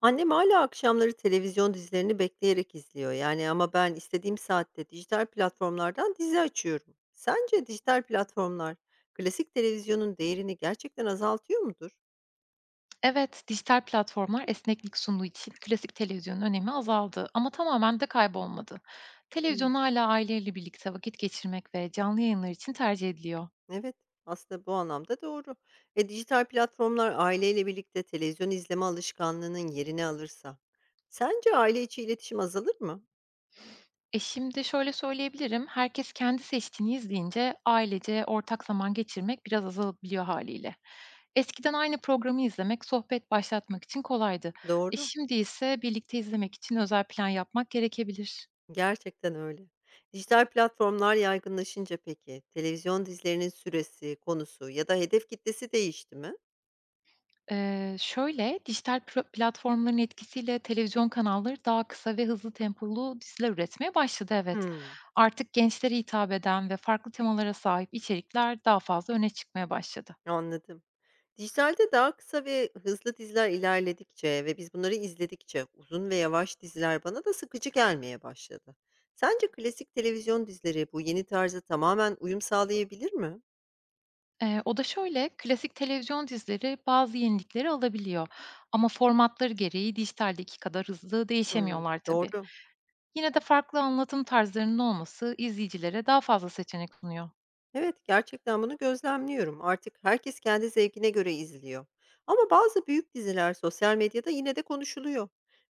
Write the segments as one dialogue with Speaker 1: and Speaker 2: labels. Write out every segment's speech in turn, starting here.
Speaker 1: Annem hala akşamları televizyon dizilerini bekleyerek izliyor. Yani ama ben istediğim saatte dijital platformlardan dizi açıyorum. Sence dijital platformlar klasik televizyonun değerini gerçekten azaltıyor mudur?
Speaker 2: Evet, dijital platformlar esneklik sunduğu için klasik televizyonun önemi azaldı ama tamamen de kaybolmadı.
Speaker 1: Hımm.
Speaker 2: Televizyon hala aileyle birlikte vakit geçirmek ve canlı yayınlar için tercih ediliyor.
Speaker 1: Evet, aslında bu anlamda doğru. Dijital platformlar aileyle birlikte televizyon izleme alışkanlığının yerini alırsa sence aile içi iletişim azalır mı?
Speaker 2: Şimdi şöyle söyleyebilirim, herkes kendi seçtiğini izleyince ailece ortak zaman geçirmek biraz azalabiliyor haliyle. Eskiden aynı programı izlemek, sohbet başlatmak için kolaydı.
Speaker 1: Doğru.
Speaker 2: Şimdi ise birlikte izlemek için özel plan yapmak gerekebilir.
Speaker 1: Gerçekten öyle. Dijital platformlar yaygınlaşınca peki, televizyon dizilerinin süresi, konusu ya da hedef kitlesi değişti mi?
Speaker 2: Şöyle, dijital platformların etkisiyle televizyon kanalları daha kısa ve hızlı tempolu diziler üretmeye başladı, evet.
Speaker 1: Hmm,
Speaker 2: Artık gençlere hitap eden ve farklı temalara sahip içerikler daha fazla öne çıkmaya başladı.
Speaker 1: anladım. Dijitalde daha kısa ve hızlı diziler ilerledikçe ve biz bunları izledikçe uzun ve yavaş diziler bana da sıkıcı gelmeye başladı. Sence klasik televizyon dizileri bu yeni tarza tamamen uyum sağlayabilir mi?
Speaker 2: O da şöyle, klasik televizyon dizileri bazı yenilikleri alabiliyor ama formatları gereği dijitaldeki kadar hızlı
Speaker 1: Hmm.
Speaker 2: değişemiyorlar tabii.
Speaker 1: Doğru.
Speaker 2: Yine de farklı anlatım tarzlarının olması izleyicilere daha fazla seçenek sunuyor.
Speaker 1: Evet, gerçekten bunu gözlemliyorum. Artık herkes kendi zevkine göre izliyor. Ama bazı büyük diziler sosyal medyada yine de konuşuluyor.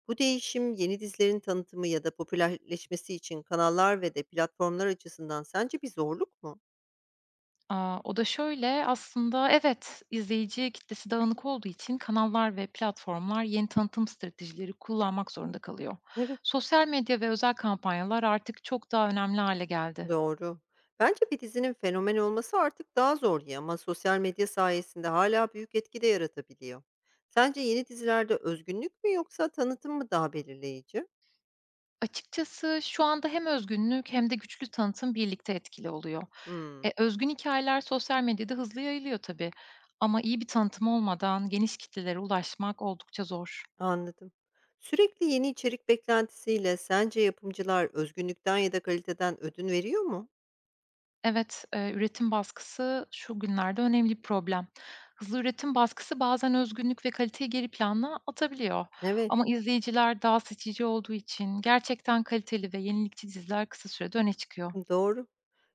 Speaker 1: Bu değişim yeni dizilerin tanıtımı ya da popülerleşmesi için kanallar ve de platformlar açısından sence bir zorluk mu?
Speaker 2: O da şöyle, aslında evet, izleyici kitlesi dağınık olduğu için kanallar ve platformlar yeni tanıtım stratejileri kullanmak zorunda kalıyor.
Speaker 1: Evet.
Speaker 2: Sosyal medya ve özel kampanyalar artık çok daha önemli hale geldi.
Speaker 1: Doğru. Bence bir dizinin fenomen olması artık daha zor ya ama sosyal medya sayesinde hala büyük etki de yaratabiliyor. Sence yeni dizilerde özgünlük mü yoksa tanıtım mı daha belirleyici?
Speaker 2: Açıkçası şu anda hem özgünlük hem de güçlü tanıtım birlikte etkili oluyor.
Speaker 1: Hmm.
Speaker 2: Özgün hikayeler sosyal medyada hızlı yayılıyor tabii ama iyi bir tanıtım olmadan geniş kitlelere ulaşmak oldukça zor.
Speaker 1: Anladım. Sürekli yeni içerik beklentisiyle sence yapımcılar özgünlükten ya da kaliteden ödün veriyor mu?
Speaker 2: Evet, üretim baskısı şu günlerde önemli bir problem. Hızlı üretim baskısı bazen özgünlük ve kaliteyi geri plana atabiliyor.
Speaker 1: Evet,
Speaker 2: Ama izleyiciler daha seçici olduğu için gerçekten kaliteli ve yenilikçi diziler kısa sürede öne çıkıyor.
Speaker 1: doğru.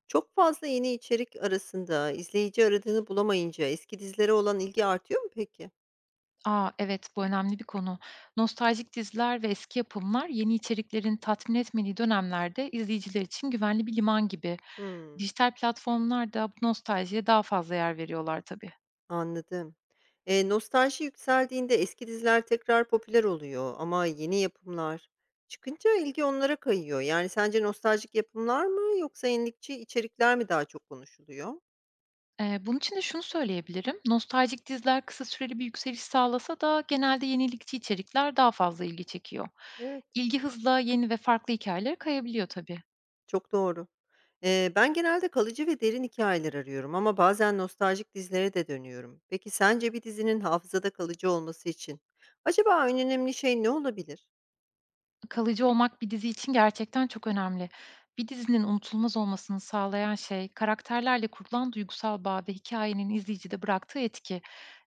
Speaker 1: Çok fazla yeni içerik arasında izleyici aradığını bulamayınca eski dizilere olan ilgi artıyor mu peki?
Speaker 2: Aa, evet, bu önemli bir konu. Nostaljik diziler ve eski yapımlar yeni içeriklerin tatmin etmediği dönemlerde izleyiciler için güvenli bir liman gibi.
Speaker 1: Hmm,
Speaker 2: Dijital platformlar da bu nostaljiye daha fazla yer veriyorlar tabii.
Speaker 1: anladım. Nostalji yükseldiğinde eski diziler tekrar popüler oluyor ama yeni yapımlar çıkınca ilgi onlara kayıyor. Yani sence nostaljik yapımlar mı yoksa yenilikçi içerikler mi daha çok konuşuluyor?
Speaker 2: Bunun için de şunu söyleyebilirim. Nostaljik diziler kısa süreli bir yükseliş sağlasa da genelde yenilikçi içerikler daha fazla ilgi çekiyor.
Speaker 1: Evet,
Speaker 2: İlgi hızla yeni ve farklı hikayelere kayabiliyor tabii.
Speaker 1: çok doğru. Ben genelde kalıcı ve derin hikayeler arıyorum ama bazen nostaljik dizilere de dönüyorum. Peki sence bir dizinin hafızada kalıcı olması için acaba en önemli şey ne olabilir?
Speaker 2: Kalıcı olmak bir dizi için gerçekten çok önemli. Bir dizinin unutulmaz olmasını sağlayan şey karakterlerle kurulan duygusal bağ ve hikayenin izleyicide bıraktığı etki.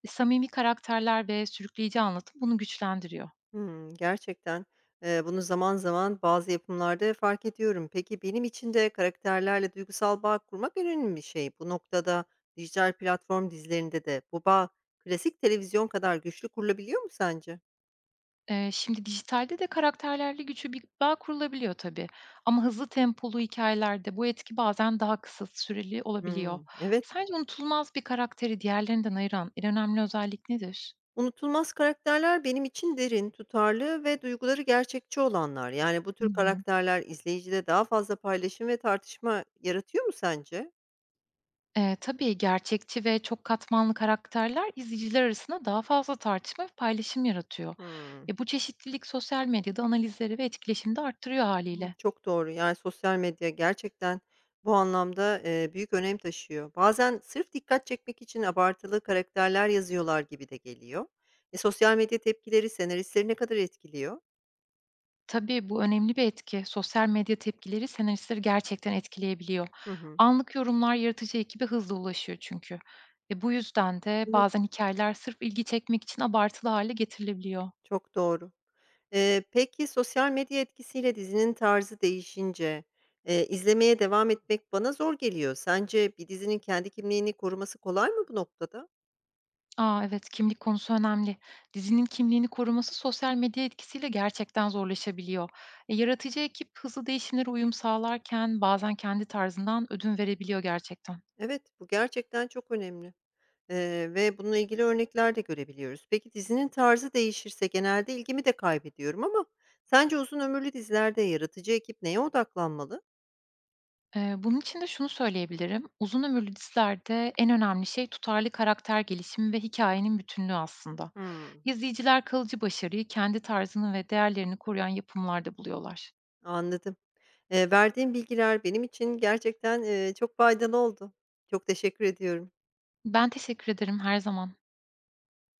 Speaker 2: Samimi karakterler ve sürükleyici anlatım bunu güçlendiriyor.
Speaker 1: Hımm, gerçekten, bunu zaman zaman bazı yapımlarda fark ediyorum. Peki benim için de karakterlerle duygusal bağ kurmak önemli bir şey. Bu noktada dijital platform dizilerinde de bu bağ klasik televizyon kadar güçlü kurulabiliyor mu sence?
Speaker 2: Şimdi dijitalde de karakterlerle güçlü bir bağ kurulabiliyor tabii ama hızlı tempolu hikayelerde bu etki bazen daha kısa süreli olabiliyor.
Speaker 1: Hımm, evet.
Speaker 2: Sence unutulmaz bir karakteri diğerlerinden ayıran en önemli özellik nedir?
Speaker 1: Unutulmaz karakterler benim için derin, tutarlı ve duyguları gerçekçi olanlar. Yani bu
Speaker 2: Hı
Speaker 1: tür
Speaker 2: hı.
Speaker 1: karakterler izleyicide daha fazla paylaşım ve tartışma yaratıyor mu sence?
Speaker 2: Tabii gerçekçi ve çok katmanlı karakterler izleyiciler arasında daha fazla tartışma ve paylaşım yaratıyor.
Speaker 1: Hımm.
Speaker 2: Bu çeşitlilik sosyal medyada analizleri ve etkileşimde de arttırıyor
Speaker 1: Hımm,
Speaker 2: hâliyle.
Speaker 1: çok doğru. Yani, sosyal medya gerçekten bu anlamda, büyük önem taşıyor. Bazen sırf dikkat çekmek için abartılı karakterler yazıyorlar gibi de geliyor. Sosyal medya tepkileri senaristleri ne kadar etkiliyor?
Speaker 2: Tabii, bu önemli bir etki. Sosyal medya tepkileri senaristleri gerçekten etkileyebiliyor.
Speaker 1: Hı hı.
Speaker 2: Anlık yorumlar yaratıcı ekibe hızlı ulaşıyor çünkü. Bu yüzden de
Speaker 1: Evet,
Speaker 2: bazen hikayeler sırf ilgi çekmek için abartılı hale getirilebiliyor.
Speaker 1: çok doğru. Peki sosyal medya etkisiyle dizinin tarzı değişince, izlemeye devam etmek bana zor geliyor. Sence bir dizinin kendi kimliğini koruması kolay mı bu noktada?
Speaker 2: A, evet, kimlik konusu önemli. Dizinin kimliğini koruması sosyal medya etkisiyle gerçekten zorlaşabiliyor. Yaratıcı ekip hızlı değişimlere uyum sağlarken bazen kendi tarzından ödün verebiliyor gerçekten.
Speaker 1: Evet, bu gerçekten çok önemli. Ve bununla ilgili örnekler de görebiliyoruz. Peki dizinin tarzı değişirse genelde ilgimi de kaybediyorum ama sence uzun ömürlü dizilerde yaratıcı ekip neye odaklanmalı?
Speaker 2: Bunun için de şunu söyleyebilirim. Uzun ömürlü dizilerde en önemli şey tutarlı karakter gelişimi ve hikayenin bütünlüğü aslında.
Speaker 1: Hmm,
Speaker 2: İzleyiciler kalıcı başarıyı kendi tarzını ve değerlerini koruyan yapımlarda buluyorlar.
Speaker 1: anladım. Verdiğin bilgiler benim için gerçekten çok faydalı oldu. Çok teşekkür ediyorum.
Speaker 2: Ben teşekkür ederim her zaman.